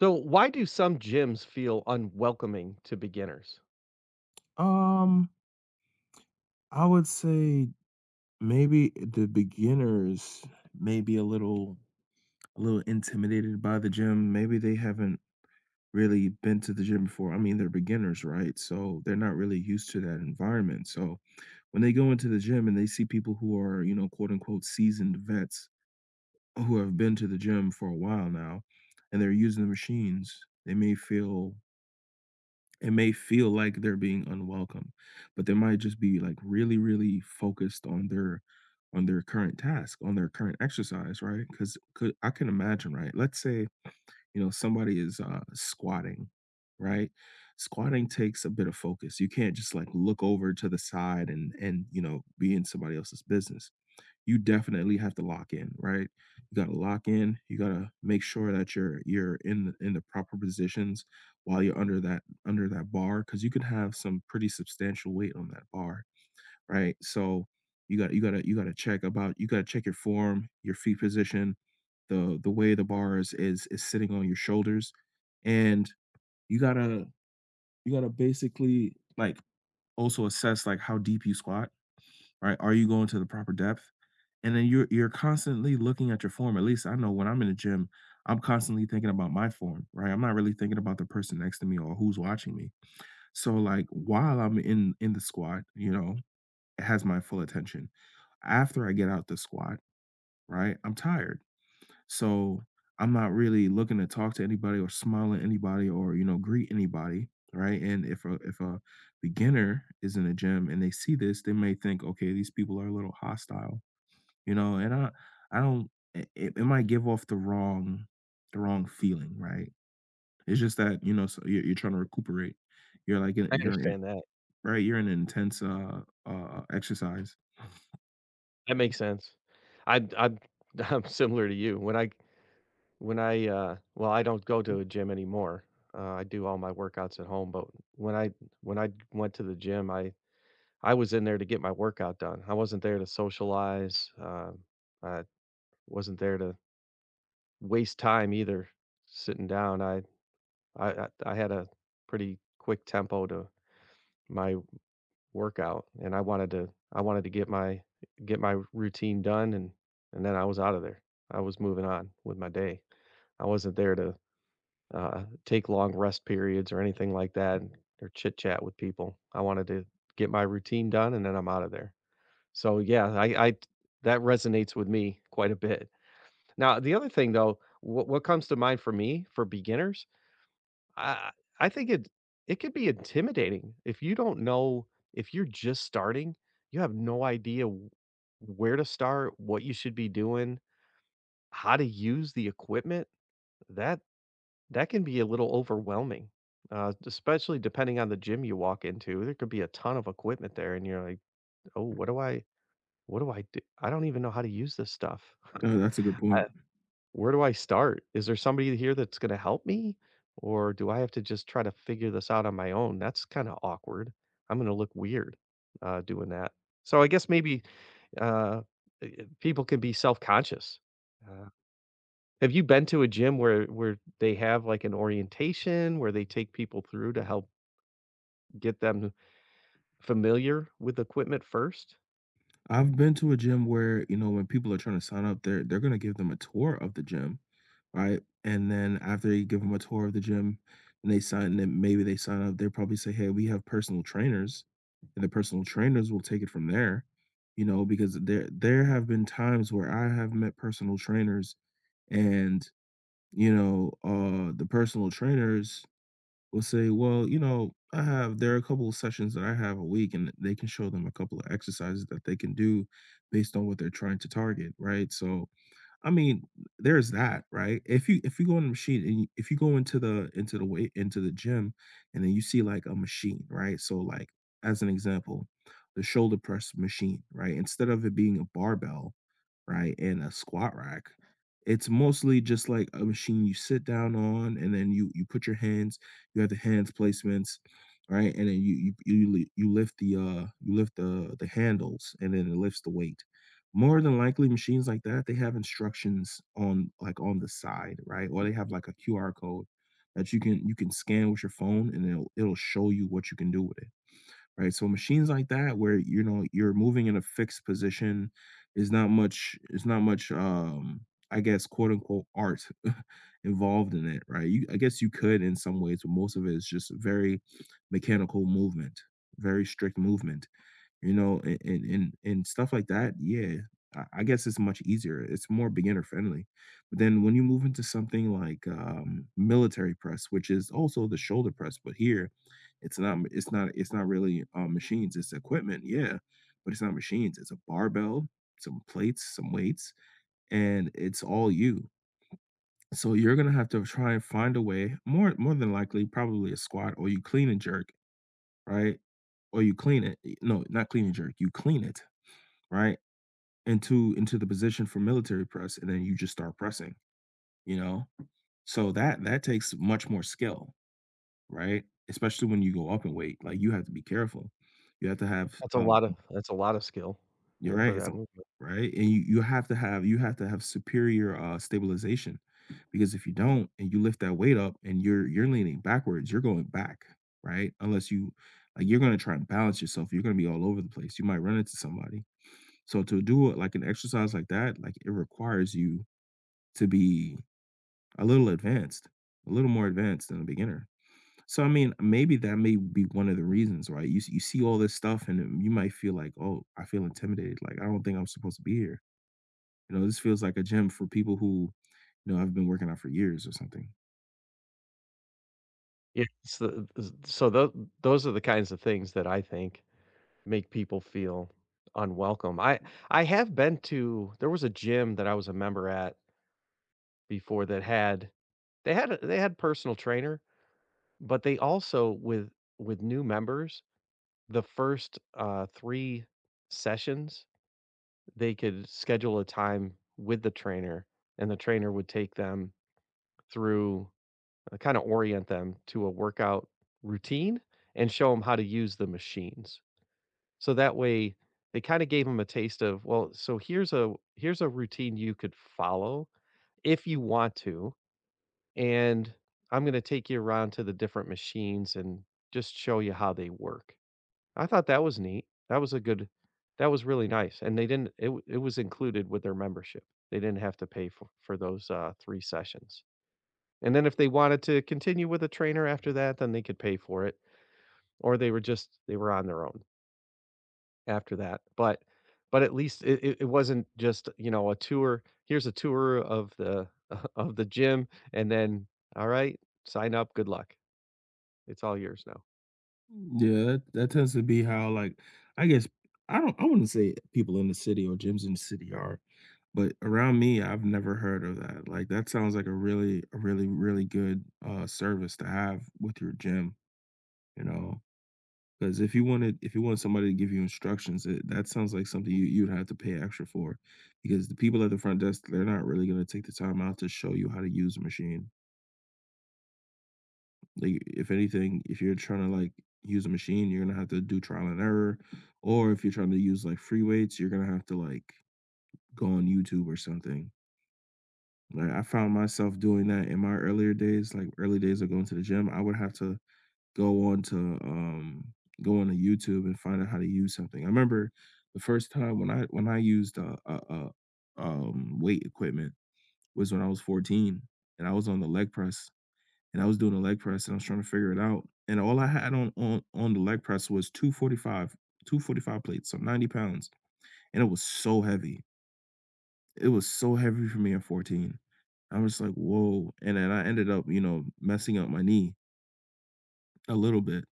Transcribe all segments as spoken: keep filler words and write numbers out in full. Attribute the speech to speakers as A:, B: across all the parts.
A: So, why do some gyms feel unwelcoming to beginners?
B: Um, I would say maybe the beginners may be a little a little intimidated by the gym. Maybe they haven't really been to the gym before. I mean, they're beginners, right? So they're not really used to that environment. So when they go into the gym and they see people who are, you know, quote unquote seasoned vets who have been to the gym for a while now and they're using the machines, they may feel It may feel like they're being unwelcome, but they might just be, like, really, really focused on their on their current task, on their current exercise, right? 'Cause could I can imagine, right? Let's say, you know, somebody is, uh, squatting, right? Squatting takes a bit of focus. You can't just, like, look over to the side and and, you know, be in somebody else's business. You definitely have to lock in, right? You gotta lock in. You gotta make sure that you're you're in the in the proper positions while you're under that under that bar, because you could have some pretty substantial weight on that bar, right? So you gotta you gotta you gotta check about you gotta check your form, your feet position, the the way the bar is is is sitting on your shoulders, and you gotta you gotta basically, like, also assess, like, how deep you squat, right? Are you going to the proper depth? And then you're you're constantly looking at your form. At least I know when I'm in the gym, I'm constantly thinking about my form, right? I'm not really thinking about the person next to me or who's watching me. So, like, while I'm in in the squat, you know, it has my full attention. After I get out the squat, right, I'm tired. So, I'm not really looking to talk to anybody or smile at anybody or, you know, greet anybody, right? And if a if a beginner is in the gym and they see this, they may think, "Okay, these people are a little hostile." You know, and I I don't it it it might give off the wrong the wrong feeling, right? It's just that, you know, so you're you're trying to recuperate. You're like in
A: I
B: you're in
A: understand that.
B: Right, you're in an intense uh uh exercise.
A: That makes sense. I I'm I'm similar to you. When I when I uh well, I don't go to a gym anymore. Uh, I do all my workouts at home, but when I when I went to the gym, I I was in there to get my workout done. I wasn't there to socialize. Um, I wasn't there to waste time either sitting down. I I I I had a pretty quick tempo to my workout, and I wanted to I wanted to get my get my routine done, and and then I was out of there. I was moving on with my day. I wasn't there to, uh, take long rest periods or anything like that or chit chat with people. I wanted to get my routine done, and then I'm out of there. So, yeah, I I that resonates with me quite a bit. Now, the other thing, though, what what comes to mind for me, for beginners, I I think it it could be intimidating if you don't know if you're just starting, you have no idea w where to start, what you should be doing, how to use the equipment. That that can be a little overwhelming, uh, especially depending on the gym you walk into. There could be a ton of equipment there, and you're like, "Oh, what do I what do I do? I don't even know how to use this stuff."
B: Uh, that's a good point.
A: Where do I start? Is there somebody here that's gonna help me? Or do I have to just try to figure this out on my own? That's kinda awkward. I'm gonna look weird, uh, doing that. So I guess maybe, uh, eh eh, people can be self-conscious. Uh, have you been to a gym where where they have, like, an orientation, where they take people through to help get them familiar with equipment first?
B: I've been to a gym where, you know, when people are trying to sign up, they're they're gonna give them a tour of the gym, right? And then after you give them a tour of the gym and they sign then maybe they sign up, they probably say, "Hey, we have personal trainers," and the personal trainers will take it from there. You know, because there there have been times where I have met personal trainers and you know, uh the personal trainers will say, "Well, you know, I have there are a couple of sessions that I have a week, and they can show them a couple of exercises that they can do based on what they're trying to target, right?" So, I mean, there's that, right? If you if you go on the machine and you, If you go into the into the weight into the gym, and then you see like a machine, right? So, like as an example, the shoulder press machine, right? Instead of it being a barbell, right, and a squat rack. It's mostly just like a machine you sit down on, and then you you put your hands. You have the hands placements, right, and then you you you li you lift the, uh, you lift the the handles, and then it lifts the weight. More than likely, machines like that, they have instructions on, like, on the side, right, or they have, like, a Q R code that you can you can scan with your phone, and it'll it'll show you what you can do with it, right? So machines like that where, you know, you're moving in a fixed position is not much is not much um I guess quote unquote art involved in it, right? You I guess you could in some ways, but most of it is just very mechanical movement, very strict movement. You know, and and and, and stuff like that. Yeah, I, I guess it's much easier. It's more beginner friendly. But then when you move into something like um, military press, which is also the shoulder press, but here it's not. M- It's not. It's not really um, machines. It's equipment. Yeah, but it's not machines. It's a barbell, some plates, some weights, and it's all you. So you're gonna have to try and find a way. More more than likely, probably a squat or you clean and jerk, right? Or you clean it. No, not clean and jerk. You clean it, right? Into into the position for military press, and then you just start pressing, you know? So that that takes much more skill, right? Especially when you go up in weight, like you have to be careful. You have to have,
A: That's a
B: um,
A: lot of that's a lot of skill,
B: you're
A: and
B: right,
A: for
B: it's a
A: that movement.
B: right? And you you have to have you have to have superior uh, stabilization, because if you don't and you lift that weight up and you're you're leaning backwards, you're going back, right? Unless you like you're gonna try and balance yourself, you're gonna be all over the place. You might run into somebody. So to do it like an exercise like that, like it requires you to be a little advanced, a little more advanced than a beginner. So, I mean, maybe that may be one of the reasons, right? You s you see all this stuff and then you might feel like, "Oh, I feel intimidated, like, I don't think I'm supposed to be here." You know, this feels like a gym for people who, you know, have been working out for years or something.
A: Yeah, so th so those those are the kinds of things that I think make people feel unwelcome. I I have been to there was a gym that I was a member at before that had they had a they had personal trainer, but they also with with new members, the first, uh, three sessions, they could schedule a time with the trainer, and the trainer would take them through uh, kinda orient them to a workout routine and show them how to use the machines. So that way, they kinda gave them a taste of, well, so here's a here's a routine you could follow if you want to, and I'm gonna take you around to the different machines and just show you how they work. I thought that was neat. That was a good that was really nice, and they didn't it w it was included with their membership. They didn't have to pay for for those, uh, three sessions. And then if they wanted to continue with a trainer after that, then they could pay for it, or they were just they were on their own. After that, but but at least it it it wasn't just, you know, a tour, "Here's a tour of the of the gym," and then, "All right, sign up, good luck. It's all yours now."
B: Yeah, that that tends to be how, like, I guess I don't I wouldn't say people in the city or gyms in the city are, but around me, I've never heard of that. Like, that sounds like a really a really, really good, uh, service to have with your gym. You know, because if you wanted if you want somebody to give you instructions, it, that sounds like something you you'd have to pay extra for, because the people at the front desk they're not really gonna take the time out to show you how to use a machine. Like if anything, if you're trying to like use a machine, you're gonna have to do trial and error, or if you're trying to use like free weights, you're gonna have to like go on YouTube or something. Like I found myself doing that in my earlier days, like early days of going to the gym. I would have to go on to um go on to YouTube and find out how to use something. I remember the first time when I when I used uh, uh, uh um weight equipment was when I was fourteen and I was on the leg press and I was doing the leg press and I was trying to figure it out. And all I had on on, on the leg press was two forty-five, two forty-five plates, so ninety pounds. And it was so heavy. It was so heavy for me at fourteen. I was like, whoa. And then I ended up, you know, messing up my knee a little bit.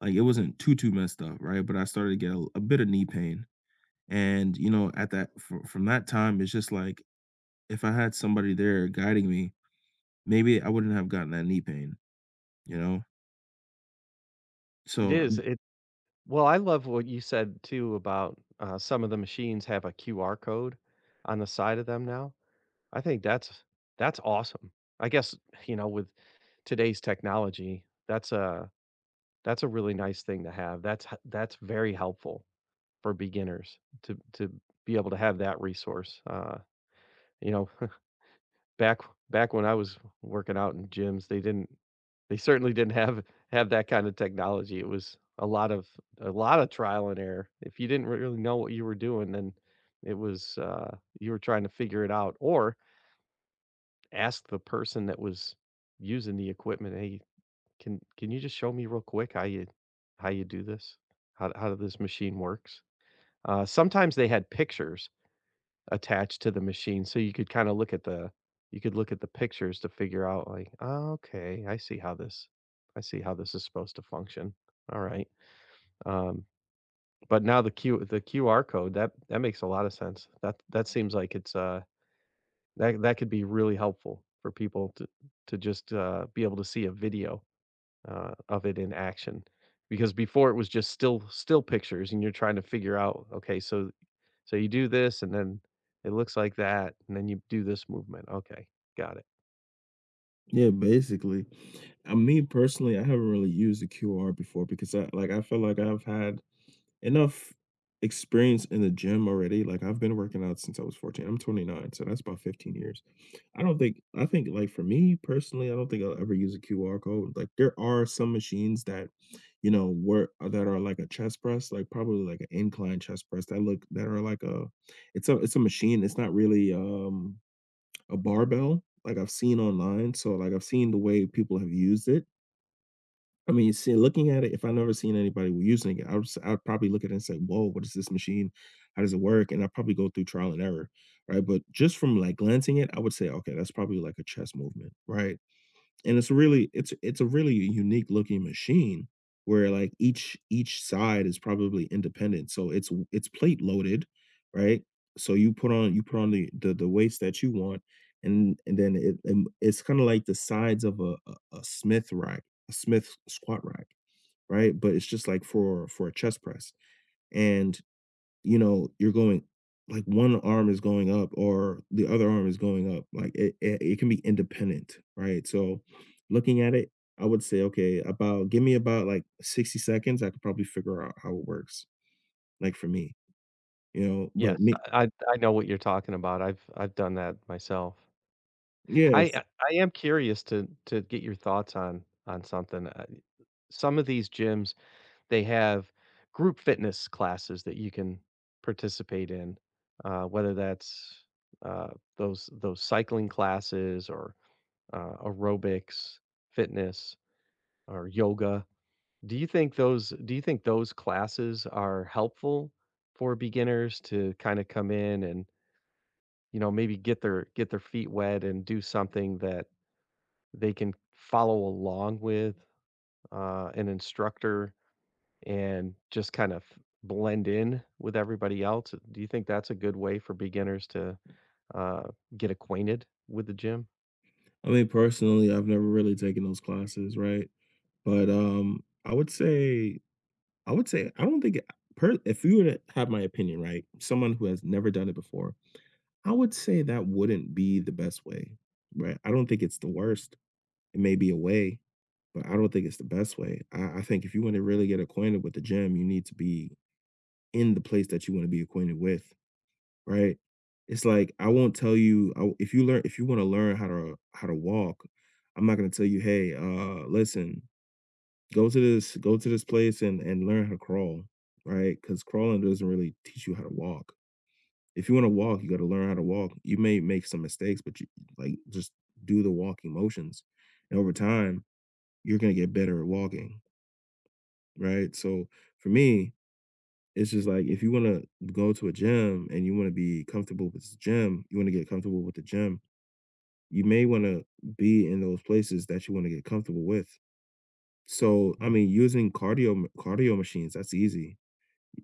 B: Like, it wasn't too, too messed up, right? But I started to get a, a bit of knee pain. And, you know, at that fr from that time, it's just like if I had somebody there guiding me, maybe I wouldn't have gotten that knee pain, you know?
A: It
B: So,
A: is, it well, I love what you said too about, uh, some of the machines have a Q R code on the side of them now. I think that's that's awesome. I guess, you know, with today's technology, that's a that's a really nice thing to have. That's h that's very helpful for beginners to to be able to have that resource. Uh, you know, back back when I was working out in gyms, they didn't they certainly didn't have have that kind of technology. It was a lot of a lot of trial and error. If you didn't really know what you were doing, then it was uh, you were trying to figure it out or ask the person that was using the equipment, "Hey, can can you just show me real quick how you how you do this? How how this machine works?" Uh, sometimes they had pictures attached to the machine, so you could kinda look at the you could look at the pictures to figure out like, "Oh, okay, I see how this I see how this is supposed to function. Alright." Um, but now the Q the Q R code, that that makes a lot of sense. That that seems like it's, uh that that could be really helpful for people to to just, uh, be able to see a video, uh, of it in action. Because before it was just still still pictures and you're trying to figure out, okay, so so you do this and then it looks like that, and then you do this movement. Okay, got it.
B: yeah, basically. Uh, me personally, I haven't really used the Q R before because I like I feel like I've had enough experience in the gym already. Like, I've been working out since I was fourteen, I'm twenty-nine, so that's about fifteen years. I don't think I think, like, for me personally, I don't think I'll ever use a Q R code. Like, there are some machines that, you know, work that are like a chest press, like, probably like an incline chest press that look that are like a it's a it's a machine, it's not really, um, a barbell, like I've seen online. So, like, I've seen the way people have used it. I mean, see, looking at it, if I never seen anybody using it, I would s I would probably look at it and say, "Whoa, what is this machine? How does it work?" And I'd probably go through trial and error, right? But just from like glancing it, I would say, "Okay, that's probably like a chess movement," right? And it's really it's it's a really unique looking machine where, like, each each side is probably independent. So it's it's plate loaded, right? So you put on you put on the the the weights that you want, and and then it and it's kinda like the sides of a a a Smith rack, a Smith squat rack, right? But it's just like for for a chest press, and you know, you're going like one arm is going up or the other arm is going up. Like it, it, it can be independent, right? So looking at it, I would say, okay, about give me about like sixty seconds. I could probably figure out how it works, like for me, you know, but
A: Yes,
B: me,
A: I I I know what you're talking about. I've I've done that myself.
B: yeah.
A: I
B: It's,
A: I I am curious to to get your thoughts on on something. Uh, some of these gyms, they have group fitness classes that you can participate in, uh, whether that's uh, those those cycling classes or uh, aerobics, fitness, or yoga. Do you think those do you think those classes are helpful for beginners to kinda come in and, you know, maybe get their get their feet wet and do something that they can follow along with, uh, an instructor and just kind of blend in with everybody else? Do you think that's a good way for beginners to, uh, get acquainted with the gym?
B: I mean, personally, I've never really taken those classes, right? But um, I would say, I would say, I don't think, per, if you were to have my opinion, right? Someone who has never done it before, I would say that wouldn't be the best way, right? I don't think it's the worst. It may be a way, but I don't think it's the best way. I, I think if you want to really get acquainted with the gym, you need to be in the place that you want to be acquainted with, right? It's like I won't tell you I, if you learn if you want to learn how to how to walk, I'm not going to tell you, hey, uh, listen, go to this go to this place and and learn how to crawl, right? Because crawling doesn't really teach you how to walk. If you want to walk, you got to learn how to walk. You may make some mistakes, but you like just do the walking motions. And over time, you're going to get better at walking, right? So for me, it's just like if you want to go to a gym and you want to be comfortable with the gym, you want to get comfortable with the gym, you may want to be in those places that you want to get comfortable with. So, I mean, using cardio cardio machines, that's easy.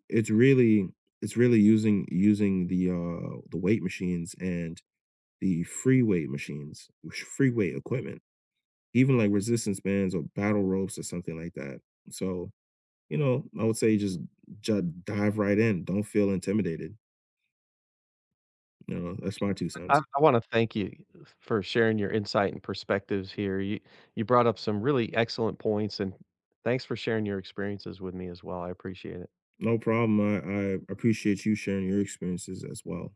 B: It's really it's really using using the uh the weight machines and the free weight machines, free weight equipment, even like resistance bands or battle ropes or something like that. So, you know, I would say just ju- dive right in. Don't feel intimidated. You know, that's my two
A: I,
B: cents.
A: I want to thank you for sharing your insight and perspectives here. You you brought up some really excellent points, and thanks for sharing your experiences with me as well. I appreciate it.
B: No problem. I, I appreciate you sharing your experiences as well.